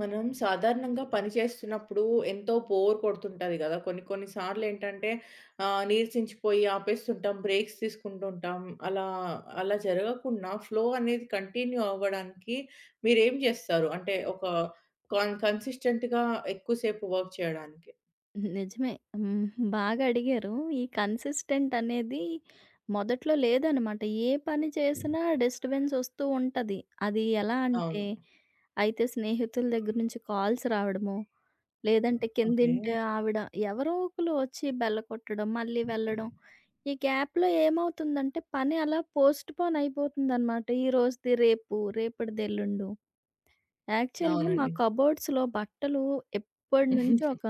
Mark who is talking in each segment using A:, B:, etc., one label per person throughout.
A: మనం సాధారణంగా పని చేస్తున్నప్పుడు ఎంతో బోర్ కొడుతుంటది కదా! కొన్ని కొన్ని సార్లు ఏంటంటే నీరసించిపోయి ఆపేస్తుంటాం. బ్రేక్స్ తీసుకుంటుంటాం. అలా అలా జరగకుండా ఫ్లో అనేది కంటిన్యూ అవ్వడానికి మీరేం చేస్తారు? అంటే ఒక కన్సిస్టెంట్‌గా ఎక్కువ సేపు వర్క్ చేయడానికి.
B: నిజమే. హ్మ్. బాగా అడిగారు. ఈ కన్సిస్టెంట్ అనేది మొదట్లో లేదనమాట. ఏ పని చేసినా డిస్టర్బెన్స్ ఒస్తూ ఉంటది. అది ఎలా అంటే,
A: అవును.
B: అయితే స్నేహితుల దగ్గర నుంచి కాల్స్ రావడమో, లేదంటే
A: ఓకే.
B: కిందింటి ఆవిడ ఎవరో ఒకళ్ళు ఒచ్చి బెల్ల కొట్టడం, మళ్ళీ వెళ్ళడం. ఈ గ్యాప్‌లో ఏమవుతుందంటే, పని అలా పోస్ట్‌పోన్ అయిపోతుందనమాట. ఈ రోజుది రేపు, రేపటిది ఎల్లుండు. యాక్చువల్‌గా మా
A: అవునండి.
B: కబోర్డ్స్‌లో బట్టలు ఎప్పటినుంచో ఒక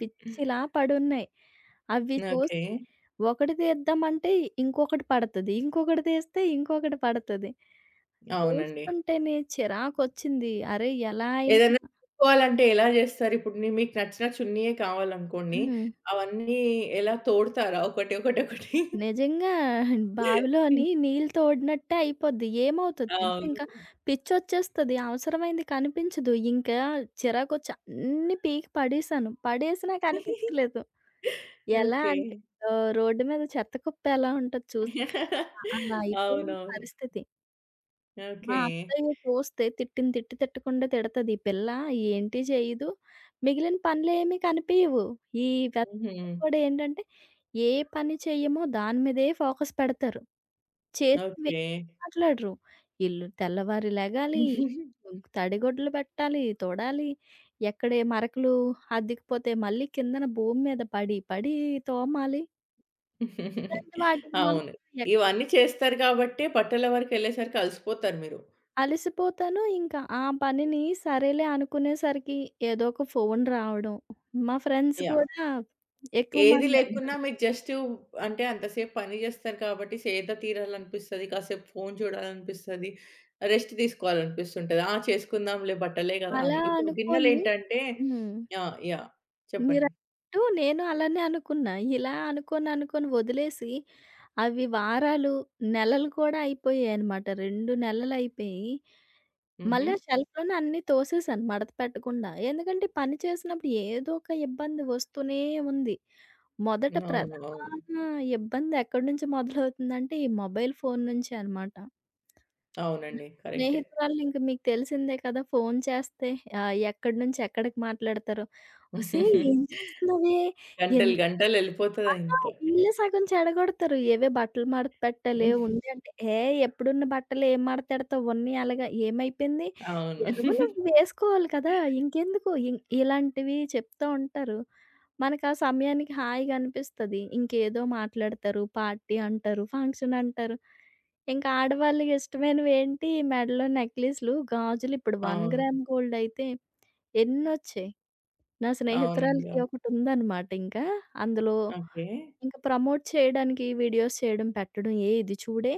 B: పిచ్చిలా పడున్నాయి. అవి
A: ఓకే.
B: చూస్తే ఒకటి తీద్దామంటే ఇంకొకటి పడతది. ఇంకొకటి తీస్తే ఇంకొకటి పడతది.
A: అవునండి.
B: చూస్తుంటేనే చిరాకొచ్చింది. అరే! ఎలా అయినా
A: ఏదైనా కొనుక్కోవాలంటే ఎలా జేస్తారు? ఇప్పుడు మీకు నచ్చిన చున్నీయే కావాలనుకోండి.
B: హ్మ్.
A: అవన్నీ ఎలా తోడతారా? ఒకటి, ఒకటి, ఒకటి.
B: నిజంగా బావిలోని నీళ్ళు తోడినట్టే అయిపోద్ది. ఏమవుతది తెలుసా?
A: అవును.
B: ఇంకా పిచ్చొచ్చేస్తది. అవసరమైంది కనిపించదు. ఇంకా చిరాకొచ్చి అన్నీ పీకి పడేసాను. పడేసినా కనిపించలేదు. ఎలా
A: ఓకే.
B: అంటే రోడ్డు మీద చెత్త కుప్ప ఎలా ఉంటది చూసారా? అలా అలా అయిపోయింది
A: అవునవును.
B: పరిస్థితి. మా
A: ఓకే.
B: అత్తయ్య చూస్తే తిట్టిన తిట్టు తిట్టకుండా తిడతది. "ఈ పిల్ల ఏంటి చేయదు, మిగిలిన పనులేమి కనిపియవు." ఈ
A: హుహు.
B: వ్యర్థాలకు కూడా ఏంటంటే, ఏ పని చెయ్యమో దాని మీదే ఫోకస్ పెడతారు. చేసినవి
A: ఓకే.
B: మాట్లాడరు. ఇల్లు తెల్లవారి లెగాలి, తడిగుడ్లు పెట్టాలి, తుడాలి. ఎక్కడే మరకలు అద్దికిపోతే మళ్ళీ కిందన భూమి మీద పడి పడి తోమాలి. ఇలాంటి వాటికి మాత్రం
A: అవును.
B: ఎక్
A: ఇవన్నీ చేస్తారు కాబట్టే బట్టల వరకెళ్ళేసరికి అలసిపోతారు మీరు.
B: అలసిపోతాను. ఇంకా ఆ పనిని సరేలే అనుకునేసరికి ఏదో ఒక ఫోను రావడం. మా ఫ్రెండ్స్
A: యాహ్!
B: కూడా ఎక్కువ
A: ఏది
B: మంది
A: లేకున్నా
B: అన్నారు.
A: మీకు జస్ట్ అంటే అంతసేపు పని జేస్తారు కాబట్టి సేద తీరాలనిపిస్తది. కాసేపు ఫోను చూడాలనిపిస్తది. రెస్ట్ తీసుకోవాలనిపిస్తుంటది. ఆ! చేసుకుందాంలే బట్టలే గదా!
B: అలా
A: అని. ఇప్పుడు
B: అనుకోని
A: గిన్నెలేంటంటే
B: హ్మ్.
A: యాహ్! యాహ్! చెప్పండి.
B: మీరన్నట్టు నేను అలానే అనుకున్నా. ఇలా అనుకోని, అనుకోని వదిలేసి అవి వారాలు, నెలలు కూడా అయిపోయాయన్నమాట. 2 నెలలయిపోయి
A: హుహు.
B: మళ్ళా షెల్ఫ్‌లోనే అన్నీ తోసేసాను మడత పెట్టకుండా. ఎందుకంటే ఈ పని చేసినప్పుడు ఏదో ఒక ఇబ్బంది వస్తూనే ఉంది. మొదట
A: అవును. అవును.
B: ప్రధాన ఇబ్బంది ఎక్కడి నుంచి మొదలవుతుందంటే ఈ మొబైల్ ఫోన్ నుంచే అనమాట. నా
A: అవునండి. కరెక్టే.
B: స్నేహితురాళ్ళు ఇంక మీకు తెలిసిందే కదా! ఫోన్ చేస్తే ఎక్కడి నుంచి ఎక్కడికి మాట్లాడతారో. "ఒసేయ్! ఏం చేస్తున్నావే? ఎన్
A: గంటలు
B: ఆహా!
A: గంటలెళ్ళిపోతదంతే.
B: వీళ్ళే సగం చెడగొడతారు. ఏవే బట్టలు మడత పెట్టాలి, ఉండి అంటే, "ఏయ్! ఎప్పుడున్న బట్టలు ఏం మడతెడతావు? ఉన్నయి అలాగా ఏమైపోయింది?
A: అవును.
B: ఎలాగో నువ్వు వేసుకోవాలి కదా! ఇంకెందుకు?" ఇలాంటివి చెప్తా ఉంటారు. మనకు ఆ సమయానికి హాయిగా అనిపిస్తది. ఇంకేదో మాట్లాడతారు, పార్టీ అంటారు, ఫంక్షన్ అంటారు. ఇంకా ఆడవాళ్ళకి ఇష్టమైనవేంటి మెడలో నెక్లెస్‌లు, గాజులు. ఇప్పుడు 1
A: అవును.
B: గ్రామ్ గోల్డ్ అయితే ఎన్నొచ్చాయి. నా
A: అవునండి.
B: స్నేహితురాలికి
A: అవును.
B: ఒకటుందనమాట ఇంకా. అందులో
A: ఓకే.
B: ఇంక ప్రమోట్ చేయడానికి వీడియోస్ చేయడం పెట్టడం, "ఏ ఇది చూడే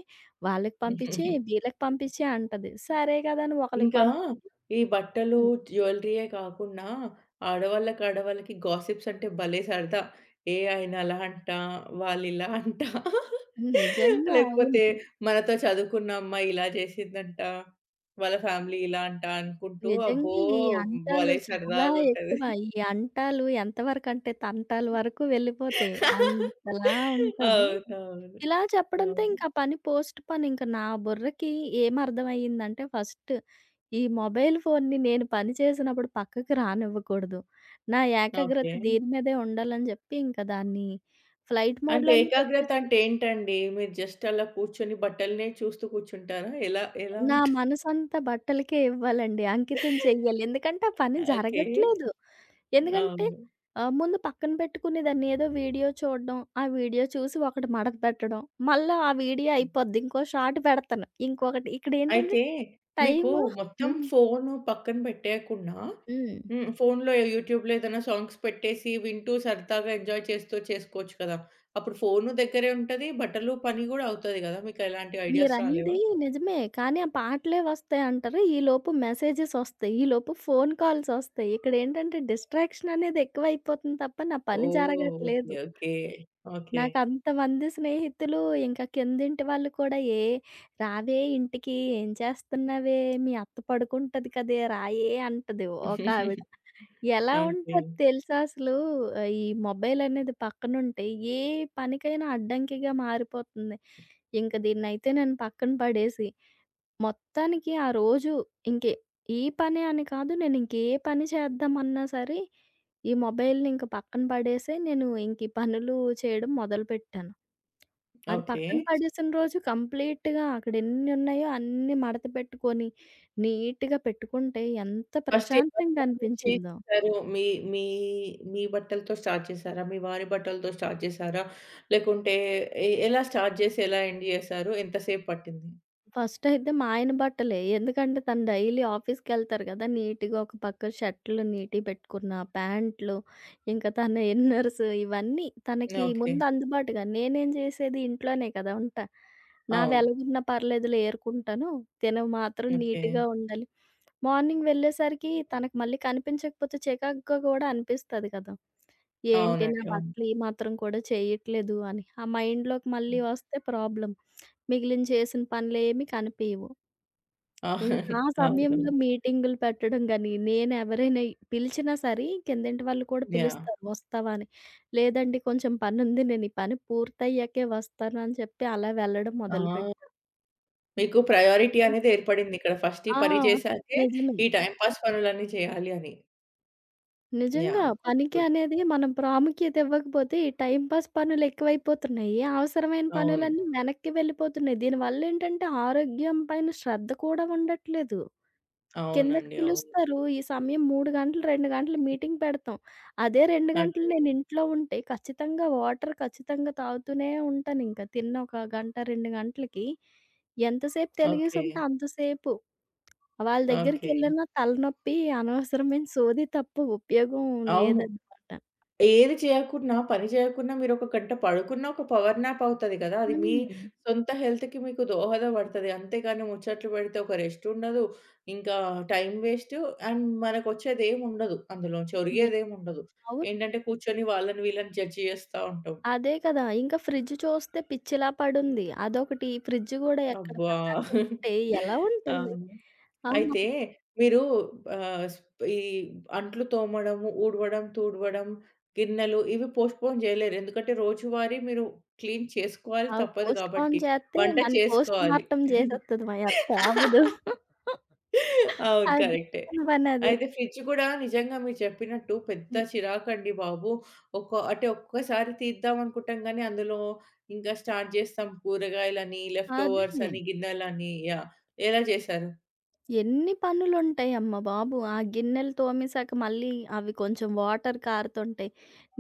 B: వాళ్ళకి పంపించేయి, వీళ్ళకి పంపించేయి" అంటది. సరే కదా అని ఒకళ్ళకి
A: ఇంకా ఈ బట్టలు,
B: పంపిస్తాను.
A: జ్యువెల్లరీయే కాకుండా ఆడవాళ్ళకి గాసిప్స్ అంటే భలే సరదా. ఏ ఆయన అలా అంట, వాళ్ళిలా అంట.
B: నిజంగా
A: లేకపోతే
B: అవును.
A: మనతో చదువుకున్న అమ్మాయి ఇలా చేసిందంట, వాళ్ళ ఫ్యామిలీ ఇలా అంట అనుకుంటూ అబ్బో!
B: నిజంగా ఈ అంటాలు
A: భలే
B: చాలా
A: సరదాగుంటది.
B: ఎక్కువ. ఈ అంటాలు ఎంతవరకంటే తంటాలు వరకు వెళ్ళిపోతాయి. అంతలా ఉంటది.
A: అవునవును.
B: ఇలా చెప్పడంతో
A: అవును.
B: ఇంక ఆ పని పోస్ట్ పోన్. ఇంక నా బుర్రకి ఏమర్థమయ్యిందంటే ఫస్ట్ ఈ మొబైల్ ఫోన్‌ని నేను పని చేసినప్పుడు పక్కకి రానివ్వకూడదు. నా ఏకాగ్రత
A: ఓకే.
B: దీని మీదే ఉండాలని జెప్పి ఇంక దాన్ని ఫ్లైట్
A: అంటే
B: మోడ్‌లోనే
A: ఏకాగ్రత
B: పెట్టేసి
A: అంటే ఏంటండి? మీరు జస్ట్ అలా కూర్చొని బట్టలనే చూస్తూ కూర్చుంటారా? ఎలా ఎలా?
B: నా మనసంతా బట్టలకే ఇవ్వాలండి. అంకితం చెయ్యాలి. ఎందుకంటే ఆ పని
A: ఓకే.
B: జరగట్లేదు. ఎందుకంటే
A: అవును.
B: ముందు పక్కన పెట్టుకుని దాన్ని ఏదో వీడియో చూడడం, ఆ వీడియో చూసి ఒకటి మడత పెట్టడం, మళ్ళా ఆ వీడియో అయిపోద్ది. ఇంకో షార్ట్ పెడతాను. ఇంకొకటి ఇక్కడేంటంటే
A: అయితే మీకు
B: టైము
A: మొత్తం
B: హ్మ్.
A: ఫోను పక్కన పెట్టేయకుండా
B: హ్మ్.
A: హ్మ్. ఫోనులో యూట్యూబ్‌లో ఏదైనా సాంగ్స్ పెట్టేసి వింటూ సరదాగా ఎంజాయ్ చేస్తూ చేసుకోవచ్చు కదా! అప్పుడు ఫోను దగ్గరే ఉంటది. బట్టలు పని గూడా అవుతది గదా! మీకు ఎలాంటి ఐడియాస్ రాలేవా?
B: మీరన్నది నిజమే. కానీ ఆ పాటలే వస్తాయంటారు. ఈలోపు మెసేజెస్ వస్తాయి. ఈలోపు ఫోను కాల్సొస్తాయి. ఇక్కడేంటంటే డిస్ట్రాక్షన్ అనేది ఎక్కువైపోతుంది తప్ప నా పని
A: ఓహ్!
B: జరగట్లేదు.
A: ఓకే. ఓకే. ఓకే.
B: నాకంతమంది స్నేహితులు ఇంకా కిందింటి వాళ్ళు కూడా, "ఏ రావే ఇంటికి ఏం చేస్తున్నావే మీ అత్త పడుకుంటది కదే రాయే" అంటది ఒకావిడ. ఎలా
A: ఓకే.
B: ఉంటది తెలుసా అసలు? ఈ మొబైల్ అనేది పక్కనుంటే ఏ పనికైనా అడ్డంకిగా మారిపోతుంది. ఇంక దీన్నైతే నేను పక్కన పడేసి, మొత్తానికి ఆ రోజు ఇంకే ఈ పనే అని కాదు, నేనింకే పని చేద్దామన్నా సరే, ఈ మొబైల్‌ని ఇంక పక్కన పడేసే నేను ఇంక ఈ పనులు చేయడం మొదలుపెట్టాను. అది
A: ఓకే.
B: పక్కన పడేసిన రోజు కంప్లీట్‌గా అక్కడెన్నున్నాయో అన్నీ మడత పెట్టుకొని, నీట్‌గా పెట్టుకుంటే ఎంత
A: ఫస్ట్ ఏ
B: ప్రశాంతంగా
A: బట్టల నుంచి
B: అనిపించిందో.
A: చేశారు? మీ మీ మీ బట్టలతో స్టార్ట్ చేశారా? మీ వారి బట్టలతో స్టార్ట్ చేశారా? లేకుంటే ఎలా స్టార్ట్ చేసి, ఎలా ఎండ్ చేశారు? ఎంత సేపు పట్టింది?
B: ఫస్ట్ అయితే మా ఆయన బట్టలే. ఎందుకంటే తను డైలీ ఆఫీస్‌కెళ్తారు గదా! నీట్‌గా ఒక పక్క షర్టులు నీట్‌వి పెట్టుకున్న, ప్యాంట్లు, ఇంకా తన ఇన్నర్స్ ఇవన్నీ తనకి
A: ఓకే.
B: ముందు అందుబాటుగా. నేనేం చేసేది ఇంట్లోనే కదా! ఉంటా. నావి
A: అవును.
B: ఎలాగున్నా పర్లేదులే ఏరుకుంటాను. తినవి మాత్రం
A: ఓకే.
B: నీట్‌గా ఉండాలి. మార్నింగ్ వెళ్ళేసరికి తనకు మళ్ళీ కనిపించకపోతే చికాకుగా గూడా అనిపిస్తది కదా! ఏంటి నా
A: అవునండి. అవును.
B: బట్టలు ఈ మాత్రం కూడా చేయట్లేదు అని. ఆ మైండ్‌లోకి మళ్ళీ
A: హ్మ్.
B: వస్తే ప్రాబ్లమ్. మిగిలిన చేసిన పనులేమి కనిపియవు. ఇంకా ఆ సమయంలో
A: అవును.
B: మీటింగులు పెట్టడం గాని, నేనెవరైనా పిలిచినా సరే కిందింటి వాళ్ళు కూడా
A: యాహ్!
B: పిలుస్తారు వస్తావా అని. లేదండి కొంచెం పనుంది నేను ఈ పని పూర్తయ్యాకే వస్తాను అని చెప్పి అలా వెళ్ళడం
A: ఆ!
B: మొదలుపెట్టాను.
A: మీకు ప్రయారిటీ అనేది ఏర్పడింది ఇక్కడ. ఫస్ట్ ఈ
B: ఆ!
A: పని చేశాకే,
B: నిజమే.
A: ఈ టైమ్ పాస్ పనులన్నీ చేయాలి అని.
B: నిజంగా
A: యాహ్! గుడ్.
B: పనికి
A: గుడ్.
B: అనేది మనం ప్రాముఖ్యత ఇవ్వకపోతే ఈ టైమ్ పాస్ పనులు ఎక్కువైపోతున్నాయి. అవసరమైన
A: అవును.
B: పనులన్నీ వెనక్కి వెళ్ళిపోతున్నాయి. దీనివల్లేంటంటే ఆరోగ్యం పైన శ్రద్ధ కూడా ఉండట్లేదు. కిందకి
A: అవునండి. అవును.
B: పిలుస్తారు. ఈ సమయం 3 గంటలు, 2 గంటలు మీటింగ్ పెడతాం. అదే 2 గంటలు
A: ఓకే.
B: నేను ఇంట్లో ఉంటే ఖచ్చితంగా వాటర్ ఖచ్చితంగా తాగుతూనే ఉంటానింక. తిన్న ఒక గంట, 2 గంటలకి ఎంతసేపు
A: ఓకే.
B: తెలిగేసుంటే అంతసేపు. వాళ్ళ
A: ఓకే.
B: దగ్గరికెళ్ళినా తలనొప్పి, అనవసరమైన సోది తప్ప ఉపయోగం
A: అవును.
B: లేదనమాట.
A: ఏది చేయకున్నా, పని చేయకున్నా మీరొక గంట పడుకున్నా ఒక పవర్ న్యాప్ అవుతది గదా! అది మీ
B: హ్మ్.
A: సొంత హెల్త్‌కి మీకు దోహదపడతది. అంతేగాని ముచ్చట్లు పెడితే ఒక రెస్ట్ ఉండదు. ఇంకా టైం వేస్ట్ అండ్ మనకొచ్చేదేముండదు అందులోంచి.
B: ఏ
A: ఒరిగేదేముండదు.
B: అవును.
A: ఏంటంటే కూర్చొని వాళ్ళని వీళ్ళని జడ్జ్ చేస్తా ఉంటాం.
B: అదే కదా! ఇంకా ఫ్రిడ్జ్ చూస్తే పిచ్చిలా పడుంది. అదొకటి ఫ్రిడ్జ్ గూడా ఎక్కడ
A: అబ్బా!
B: పడితే అక్కడుంటే ఎలా ఉంటది?
A: అవును.
B: ఆ!
A: అయితే మీరు ఆహ్, స్ ఈ అంట్లు తోమడము, ఊడవడం, తూడవడం, గిన్నెలు ఇవి పోస్ట్‌పోన్ జేయలేరు. ఎందుకంటే రోజువారీ మీరు క్లీన్ చేసుకోవాలి
B: అవి
A: తప్పదు
B: పోస్ట్‌పోన్
A: కాబట్టి.
B: చేస్తే
A: వంట
B: నన్ను
A: చేసుకోవాలి.
B: పోస్ట్‌మార్టం చేసేస్తది మా అత్త ఆపదు.
A: అవును.
B: అది
A: కరెక్టే.
B: జరగని పనది.
A: అయితే ఫ్రిడ్జ్ గూడా నిజంగా మీరు చెప్పినట్టు పెద్ద
B: హ్మ్.
A: చిరాకండి బాబు. ఒక అంటే ఒక్కసారి తీద్దాం అనుకుంటాం గానీ, అందులో ఇంకా స్టార్ట్ జేస్తాం కూరగాయలని, లెఫ్ట్
B: అదే.
A: ఓవర్స్ అని, గిన్నెలని యాహ్! ఎలా చేశారు?
B: ఎన్ని పనులుంటాయమ్మ బాబు! ఆ గిన్నెలు తోమేసాక మళ్ళీ అవి కొంచెం వాటర్ కారుతుంటాయి.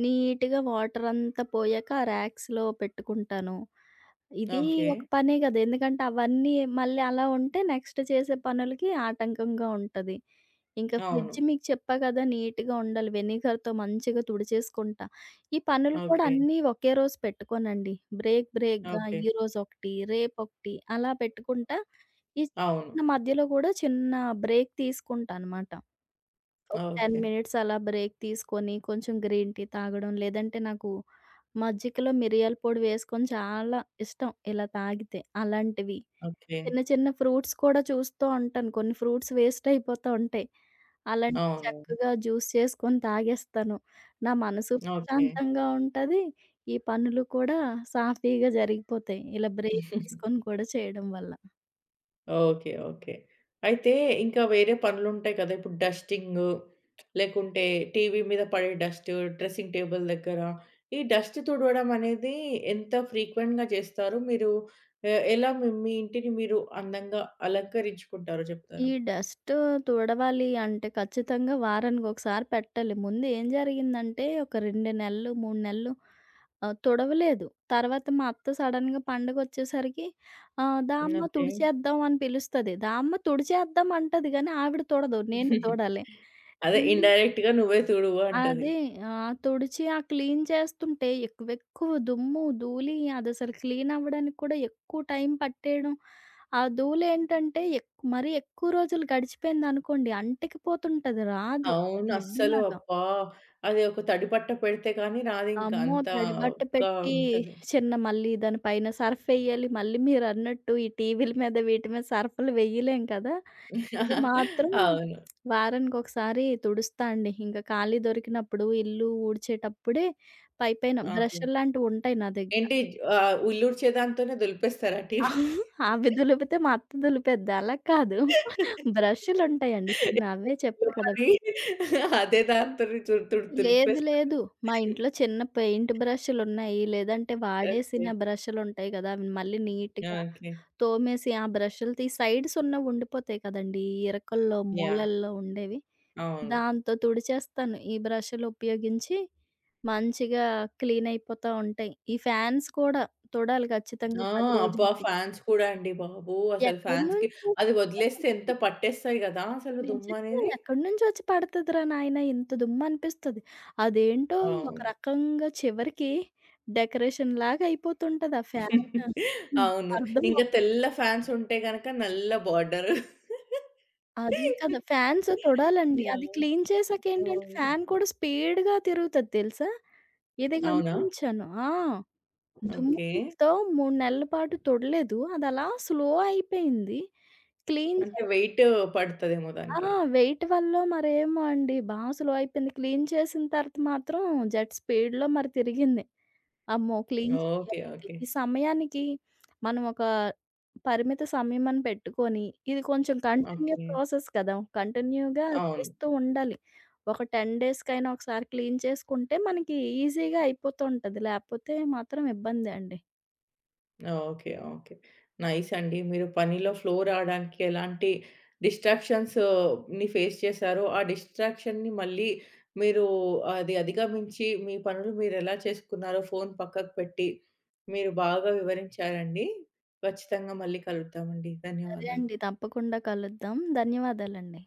B: నీట్‌గా వాటరంతా పోయాక ఆ ర్యాక్స్‌లో పెట్టుకుంటాను. ఇది
A: ఓకే.
B: ఒక పనే కదా! ఎందుకంటే అవన్నీ మళ్ళీ అలా ఉంటే నెక్స్ట్ చేసే పనులకి ఆటంకంగా ఉంటది. ఇంకా
A: అవును.
B: ఫ్రిడ్జ్ మీకు చెప్పా కదా! నీట్‌గా ఉండాలి. వెనిగర్‌తో మంచిగా తుడిచేసుకుంటా. ఈ పనులు కూడా
A: ఓకే.
B: అన్నీ ఒకే రోజు పెట్టుకోనండి. Break బ్రేక్‌గా
A: okay.
B: ఈరోజొకటి, రేపొకటి అలా పెట్టుకుంటా. ఈ
A: అవును.
B: చిన్న మధ్యలో కూడా చిన్న బ్రేక్ తీసుకుంటా అనమాట. ఒక 10
A: ఓకే.
B: మినిట్స్ అలా బ్రేక్ తీసుకొని కొంచెం గ్రీన్ టీ తాగడం, లేదంటే నాకు మజ్జికలో మిరియాల పొడి వేసుకొని చాలా ఇష్టం ఇలా తాగితే అలాంటివి.
A: ఓకే.
B: చిన్న చిన్న ఫ్రూట్స్ కూడా చూస్తూ ఉంటాను. కొన్ని ఫ్రూట్స్ వేస్ట్ అయిపోతా ఉంటాయి. అలాంటివి
A: అవును.
B: చక్కగా జ్యూస్ చేసుకొని తాగేస్తాను. నా మనసు
A: ఓకే.
B: ప్రశాంతంగా ఉంటది. ఈ పనులు కూడా సాఫీగా జరిగిపోతాయి. ఇలా బ్రేక్ తీసుకొని కూడా చేయడం వల్ల.
A: ఓకే. ఓకే. అయితే ఇంకా వేరే పనులుంటాయి కదా! ఇప్పుడు డస్టింగు లేకుంటే టీవీ మీద పడే డస్ట్, డ్రెసింగ్ టేబుల్ దగ్గర ఈ డస్ట్ తుడవడం అనేది ఎంత ఫ్రీక్వెంట్‌గా చేస్తారు? మీరు ఎలా మీ మీ ఇంటిని మీరు అందంగా అలంకరించుకుంటారో
B: ఈ
A: చెప్తారా?
B: డస్ట్ తుడవాలి అంటే ఖచ్చితంగా వారానికొకసారి పెట్టాలి. ముందు ఏం జరిగిందంటే ఒక 2 నెలలు, 3 నెలలు తుడవలేదు. తర్వాత మా అత్త సడెన్‌గా పండగొచ్చేసరికి "దా అమ్మ
A: ఓకే.
B: తుడిచేద్దాం" అని పిలుస్తది. దా అమ్మ తుడిచేద్దాం అంటది గానీ ఆవిడ తుడదు. నేను తుడాలి.
A: అదే ఇండైరెక్ట్‌గా నువ్వే తుడువు అంటది.
B: అదే. ఆ! తుడిచి ఆ క్లీన్ చేస్తుంటే ఎక్కువెక్కువ దుమ్ము, ధూళి అదసలు క్లీన్ అవ్వడానికి కూడా ఎక్కువ టైం పట్టేయడం. ఆ ధూళేంటంటే మరీ ఎక్కువ రోజులు గడిచిపోయిందనుకోండి అంటికిపోతుంటది. రాదు. ఒక
A: అవును. అస్సలు
B: జిడ్డులాగా.
A: అబ్బా! అది ఒక తడి బట్ట పెడితే గాని రాదింక
B: అమ్మో! తడి బట్ట
A: అంతగా
B: పెట్టి
A: ఉంటది.
B: చిన్న మళ్ళీ దాని పైన సర్ఫ్ ఎయ్యాలి. మళ్ళీ మీరన్నట్టు ఈ టీవీల మీద వీటి మీద సర్ఫ్‌లు వెయ్యలేం కదా! ఇవి మాత్రం
A: అవును.
B: వారానికొకసారి తుడుస్తా అండి. ఇంక ఖాళీ దొరికినప్పుడు ఇల్లు ఊడ్చేటప్పుడే పైపైన
A: ఓకే.
B: బ్రష్‌లు లాంటివుంటాయి నా దగ్గర.
A: ఏంటి ఉల్లూడ్చే దాంతోనే దులిపేస్తారా టీవీ?
B: అవి దులిపితే మా అత్త దులిపేద్ది. అలా కాదు బ్రష్‌లుంటాయండి కొన్ని అవే చెప్పా కదా!
A: మరి అదే దాంతోని తుడు తుడు
B: లేదు
A: దులిపేస్తారు.
B: లేదు. మా ఇంట్లో చిన్న పెయింట్ బ్రష్‌లున్నాయి. లేదంటే
A: ఓకే.
B: వాడేసిన బ్రష్‌లుంటాయి గదా! అవి మళ్ళీ నీట్‌గా
A: ఓకే.
B: తోమేసి ఆ బ్రష్‌లు తీసి సైడ్స్ ఉన్నవి ఉండిపోతాయి కదండీ! ఇరకల్లో,
A: యాహ్!
B: మూలల్లో ఉండేవి.
A: అవును.
B: దాంతో తుడిచేస్తాను. ఈ బ్రష్‌లు ఉపయోగించి మంచిగా క్లీన్ అయిపోతా ఉంటాయి. ఈ ఫ్యాన్స్ కూడా తుడాలి ఖచ్చితంగా
A: ఆ!
B: 10
A: అబ్బా!
B: రోజులకి.
A: ఫ్యాన్స్ కూడా అండి బాబు! అసలు
B: ఎక్కడి
A: ఫ్యాన్స్‌కి
B: నుంచి
A: అది వదిలేస్తే ఎంత పట్టేస్తాయి గదా! అసలు
B: నిజంగా
A: దుమ్మనేది.
B: ఎక్కడి నుంచొచ్చి పడతదిరా నాయనా! ఇంత దుమ్మనిపిస్తది. అదేంటో అవును. ఒక
A: అవును.
B: రకంగా చివరికి డెకరేషన్‌లాగా అయిపోతుంటది ఆ ఫ్యాను. హ్మ్.
A: అవును.
B: అర్థం
A: ఇంకా
B: అవ్
A: తెల్ల ఫాన్స్ ఉంటే గనక నల్ల బార్డరు.
B: అదే కదా! ఫ్యాన్స్ తొడాలండి. అది
A: యాహ్!
B: క్లీన్ చేసాకేంటంటే
A: అవును.
B: ఫ్యాన్ కూడా స్పీడ్‌గా తిరుగుతది తెలుసా? ఇది
A: అవునా?
B: గమనించాను. ఆ! దుమ్ము
A: ఓకే.
B: ధూళితో 3 నెలల పాటు తొడలేదు. అది అలా స్లో అయిపోయింది. క్లీన్
A: అంటే
B: చే
A: వెయిట్ పడతదేమో
B: ఆ!
A: దానికి.
B: వెయిట్ వల్లో మరేమో అండి బాగా స్లోయిపోయింది. క్లీన్ చేసిన తర్వాత మాత్రం జెట్ స్పీడ్‌లో మరి తిరిగింది. అమ్మో! Clean
A: okay.
B: చేయాలయితే.
A: ఓకే.
B: ఈ సమయానికి మనం ఒక పరిమిత సమయం అని పెట్టుకొని, ఇది కొంచెం కంటిన్యూ
A: ఓకే.
B: ప్రాసెస్ కదా! కంటిన్యూగా
A: అవును.
B: చేస్తూ ఉండాలి. ఒక 10 డేస్‌కైనా ఒకసారి క్లీన్ చేసుకుంటే మనకి ఈజీగా అయిపోతూ ఉంటది. లేపోతే మాత్రం ఇబ్బందే అండి.
A: ఓకే. ఓకే. నైస్ అండి. మీరు పనిలో ఫ్లో రావడానికి ఎలాంటి డిస్ట్రాక్షన్స్‌ని ఫేస్ చేశారో, ఆ డిస్ట్రాక్షన్‌ని మళ్ళీ మీరు అది అధిగమించి మీ పనులు మీరెలా చేసుకున్నారో ఫోను పక్కకు పెట్టి, మీరు బాగా వివరించారండి. ఖచ్చితంగా మళ్ళీ కలుద్దామండి.
B: సరే
A: ధన్యవాదాలు.
B: అండి. తప్పకుండా కలుద్దాం. ధన్యవాదాలండి.